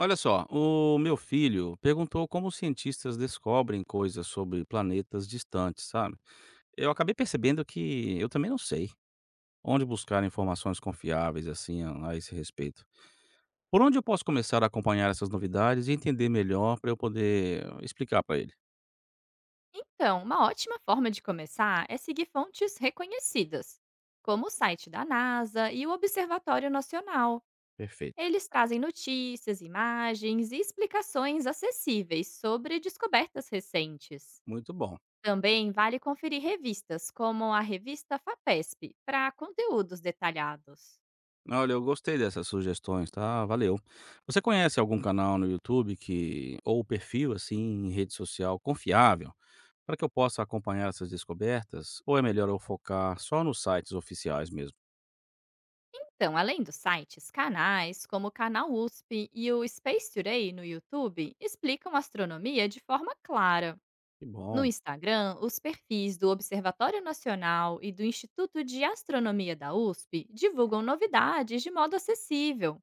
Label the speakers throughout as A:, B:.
A: Olha só, o meu filho perguntou como os cientistas descobrem coisas sobre planetas distantes, sabe? Eu acabei percebendo que eu também não sei onde buscar informações confiáveis assim a esse respeito. Por onde eu posso começar a acompanhar essas novidades e entender melhor para eu poder explicar para ele?
B: Então, uma ótima forma de começar é seguir fontes reconhecidas, como o site da NASA e o Observatório Nacional.
A: Perfeito.
B: Eles trazem notícias, imagens e explicações acessíveis sobre descobertas recentes.
A: Muito bom.
B: Também vale conferir revistas como a revista FAPESP para conteúdos detalhados.
A: Olha, eu gostei dessas sugestões, tá? Valeu. Você conhece algum canal no YouTube que ou perfil assim em rede social confiável para que eu possa acompanhar essas descobertas, ou é melhor eu focar só nos sites oficiais mesmo?
B: Então, além dos sites, canais como o canal USP e o Space Today no YouTube explicam astronomia de forma clara.
A: Que
B: No
A: bom,
B: Instagram, os perfis do Observatório Nacional e do Instituto de Astronomia da USP divulgam novidades de modo acessível.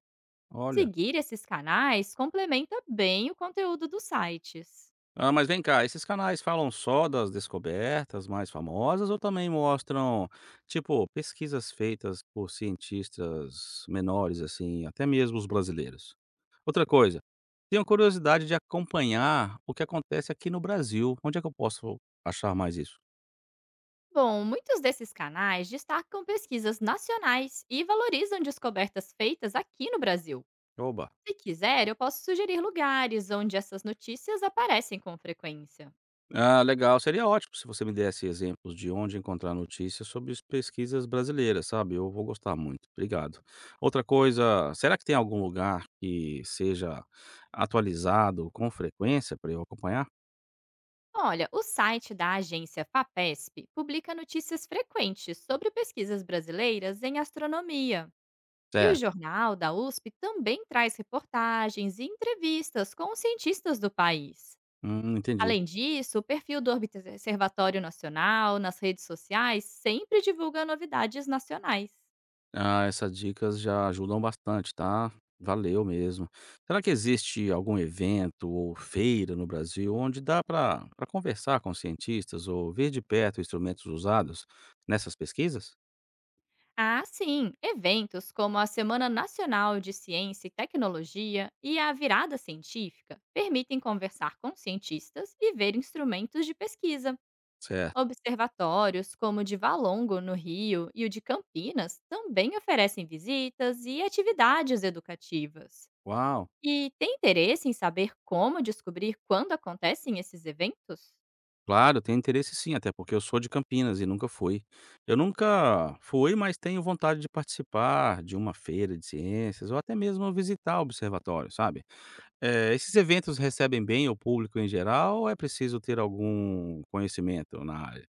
A: olha.
B: Seguir esses canais complementa bem o conteúdo dos sites.
A: Ah, mas vem cá, esses canais falam só das descobertas mais famosas ou também mostram, tipo, pesquisas feitas por cientistas menores, assim, até mesmo os brasileiros? Outra coisa, tenho curiosidade de acompanhar o que acontece aqui no Brasil. Onde é que eu posso achar mais isso?
B: Bom, muitos desses canais destacam pesquisas nacionais e valorizam descobertas feitas aqui no Brasil.
A: Oba!
B: Se quiser, eu posso sugerir lugares onde essas notícias aparecem com frequência.
A: Ah, legal. Seria ótimo se você me desse exemplos de onde encontrar notícias sobre as pesquisas brasileiras, sabe? Eu vou gostar muito. Obrigado. Outra coisa, será que tem algum lugar que seja atualizado com frequência para eu acompanhar?
B: Olha, o site da agência FAPESP publica notícias frequentes sobre pesquisas brasileiras em astronomia. E o
A: Certo.
B: jornal da USP também traz reportagens e entrevistas com os cientistas do país.
A: Entendi.
B: Além disso, o perfil do Observatório Nacional nas redes sociais sempre divulga novidades nacionais.
A: Ah, essas dicas já ajudam bastante, tá? Valeu mesmo. Será que existe algum evento ou feira no Brasil onde dá para conversar com cientistas ou ver de perto instrumentos usados nessas pesquisas?
B: Ah, sim! Eventos como a Semana Nacional de Ciência e Tecnologia e a Virada Científica permitem conversar com cientistas e ver instrumentos de pesquisa.
A: Certo.
B: Observatórios como o de Valongo, no Rio, e o de Campinas também oferecem visitas e atividades educativas.
A: Uau!
B: E tem interesse em saber como descobrir quando acontecem esses eventos?
A: Claro, tenho interesse sim, até porque eu sou de Campinas e nunca fui. Eu nunca fui, mas tenho vontade de participar de uma feira de ciências ou até mesmo visitar o observatório, sabe? Esses eventos recebem bem o público em geral ou é preciso ter algum conhecimento na área?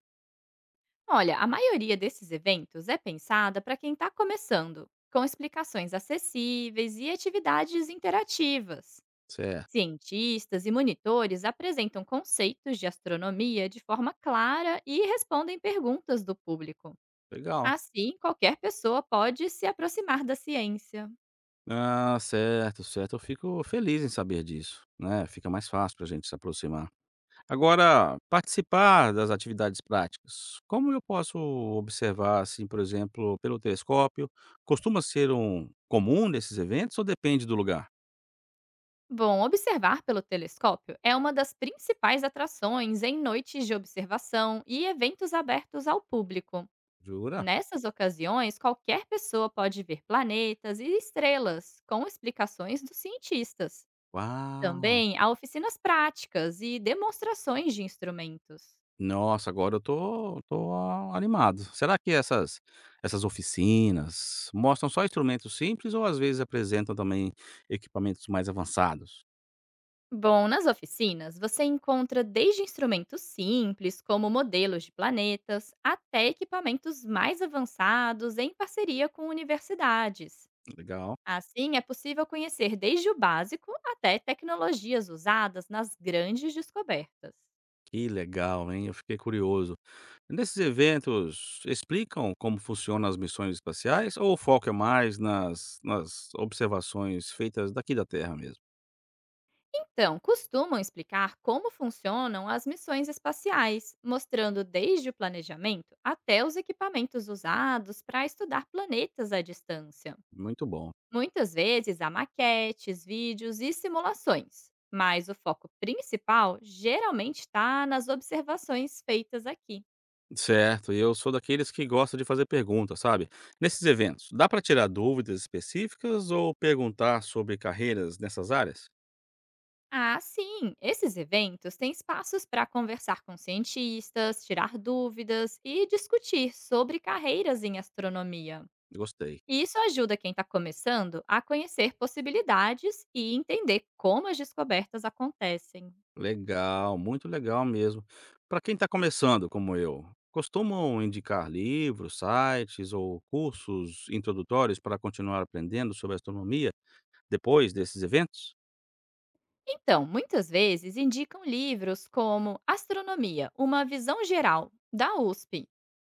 B: Olha, a maioria desses eventos é pensada para quem está começando, com explicações acessíveis e atividades interativas.
A: Certo,
B: Cientistas e monitores apresentam conceitos de astronomia de forma clara e respondem perguntas do público.
A: legal.
B: Assim, qualquer pessoa pode se aproximar da ciência.
A: Ah, certo, certo. Eu fico feliz em saber disso, né? Fica mais fácil pra gente se aproximar. Agora, participar das atividades práticas, como eu posso observar, assim, por exemplo, pelo telescópio? Costuma ser um comum nesses eventos ou depende do lugar?
B: Bom, observar pelo telescópio é uma das principais atrações em noites de observação e eventos abertos ao público.
A: Jura?
B: Nessas ocasiões, qualquer pessoa pode ver planetas e estrelas, com explicações dos cientistas.
A: Uau!
B: Também há oficinas práticas e demonstrações de instrumentos.
A: Nossa, agora eu tô animado. Será que essas oficinas mostram só instrumentos simples ou às vezes apresentam também equipamentos mais avançados?
B: Bom, nas oficinas você encontra desde instrumentos simples, como modelos de planetas, até equipamentos mais avançados em parceria com universidades.
A: Legal.
B: Assim, é possível conhecer desde o básico até tecnologias usadas nas grandes descobertas.
A: Que legal, hein? Eu fiquei curioso. Nesses eventos, explicam como funcionam as missões espaciais ou o foco é mais nas observações feitas daqui da Terra mesmo?
B: Então, costumam explicar como funcionam as missões espaciais, mostrando desde o planejamento até os equipamentos usados para estudar planetas à distância.
A: Muito bom.
B: Muitas vezes há maquetes, vídeos e simulações, mas o foco principal geralmente está nas observações feitas aqui.
A: Certo, e eu sou daqueles que gosta de fazer perguntas, sabe? Nesses eventos, dá para tirar dúvidas específicas ou perguntar sobre carreiras nessas áreas?
B: Ah, sim! Esses eventos têm espaços para conversar com cientistas, tirar dúvidas e discutir sobre carreiras em astronomia.
A: Gostei.
B: E isso ajuda quem está começando a conhecer possibilidades e entender como as descobertas acontecem.
A: Legal, muito legal mesmo. Para quem está começando, como eu, costumam indicar livros, sites ou cursos introdutórios para continuar aprendendo sobre astronomia depois desses eventos?
B: Então, muitas vezes indicam livros como Astronomia, uma visão geral, da USP,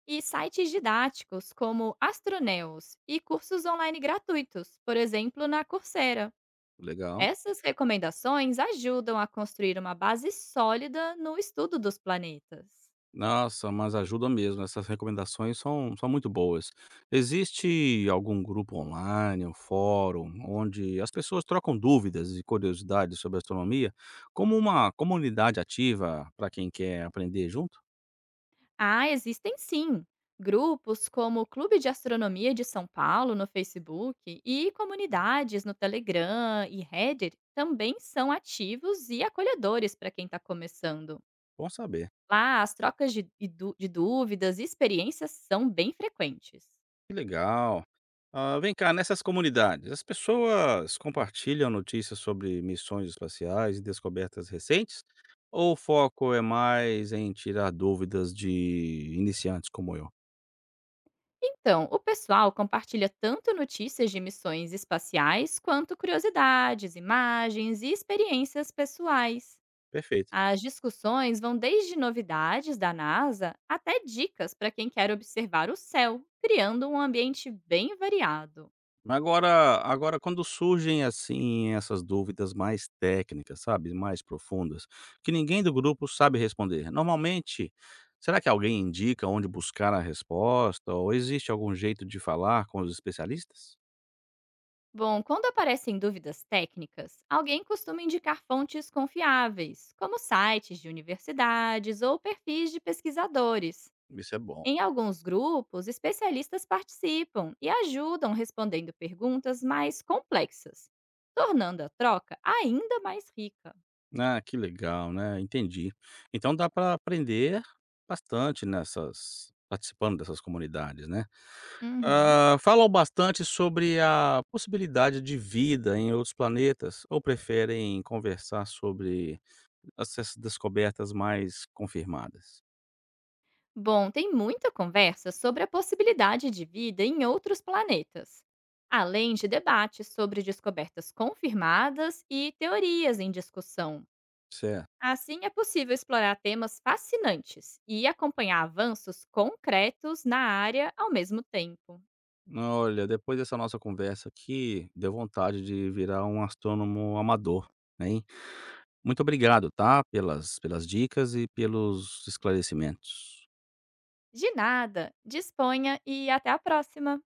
B: e sites didáticos como Astroneus e cursos online gratuitos, por exemplo, na Coursera.
A: Legal.
B: Essas recomendações ajudam a construir uma base sólida no estudo dos planetas.
A: Nossa, mas ajuda mesmo, essas recomendações são muito boas. Existe algum grupo online, um fórum, onde as pessoas trocam dúvidas e curiosidades sobre astronomia, como uma comunidade ativa para quem quer aprender junto?
B: Ah, existem sim. Grupos como o Clube de Astronomia de São Paulo no Facebook e comunidades no Telegram e Reddit também são ativos e acolhedores para quem está começando.
A: Bom saber.
B: Lá, as trocas de dúvidas e experiências são bem frequentes.
A: Que legal. Ah, vem cá, nessas comunidades, as pessoas compartilham notícias sobre missões espaciais e descobertas recentes? Ou o foco é mais em tirar dúvidas de iniciantes como eu?
B: Então, o pessoal compartilha tanto notícias de missões espaciais quanto curiosidades, imagens e experiências pessoais.
A: Perfeito.
B: As discussões vão desde novidades da NASA até dicas para quem quer observar o céu, criando um ambiente bem variado.
A: Agora quando surgem assim essas dúvidas mais técnicas, sabe, mais profundas, que ninguém do grupo sabe responder. Normalmente, será que alguém indica onde buscar a resposta ou existe algum jeito de falar com os especialistas?
B: Bom, quando aparecem dúvidas técnicas, alguém costuma indicar fontes confiáveis, como sites de universidades ou perfis de pesquisadores.
A: Isso é bom.
B: Em alguns grupos, especialistas participam e ajudam respondendo perguntas mais complexas, tornando a troca ainda mais rica.
A: Ah, que legal, né, entendi. Então dá para aprender bastante nessas participando dessas comunidades, né.
B: Uhum.
A: Hã, falam bastante sobre a possibilidade de vida em outros planetas ou preferem conversar sobre essas descobertas mais confirmadas?
B: Bom, tem muita conversa sobre a possibilidade de vida em outros planetas, além de debates sobre descobertas confirmadas e teorias em discussão.
A: Certo.
B: Assim, é possível explorar temas fascinantes e acompanhar avanços concretos na área ao mesmo tempo.
A: Olha, depois dessa nossa conversa aqui, deu vontade de virar um astrônomo amador, hein. Muito obrigado, tá, pelas dicas e pelos esclarecimentos.
B: De nada, disponha e até a próxima!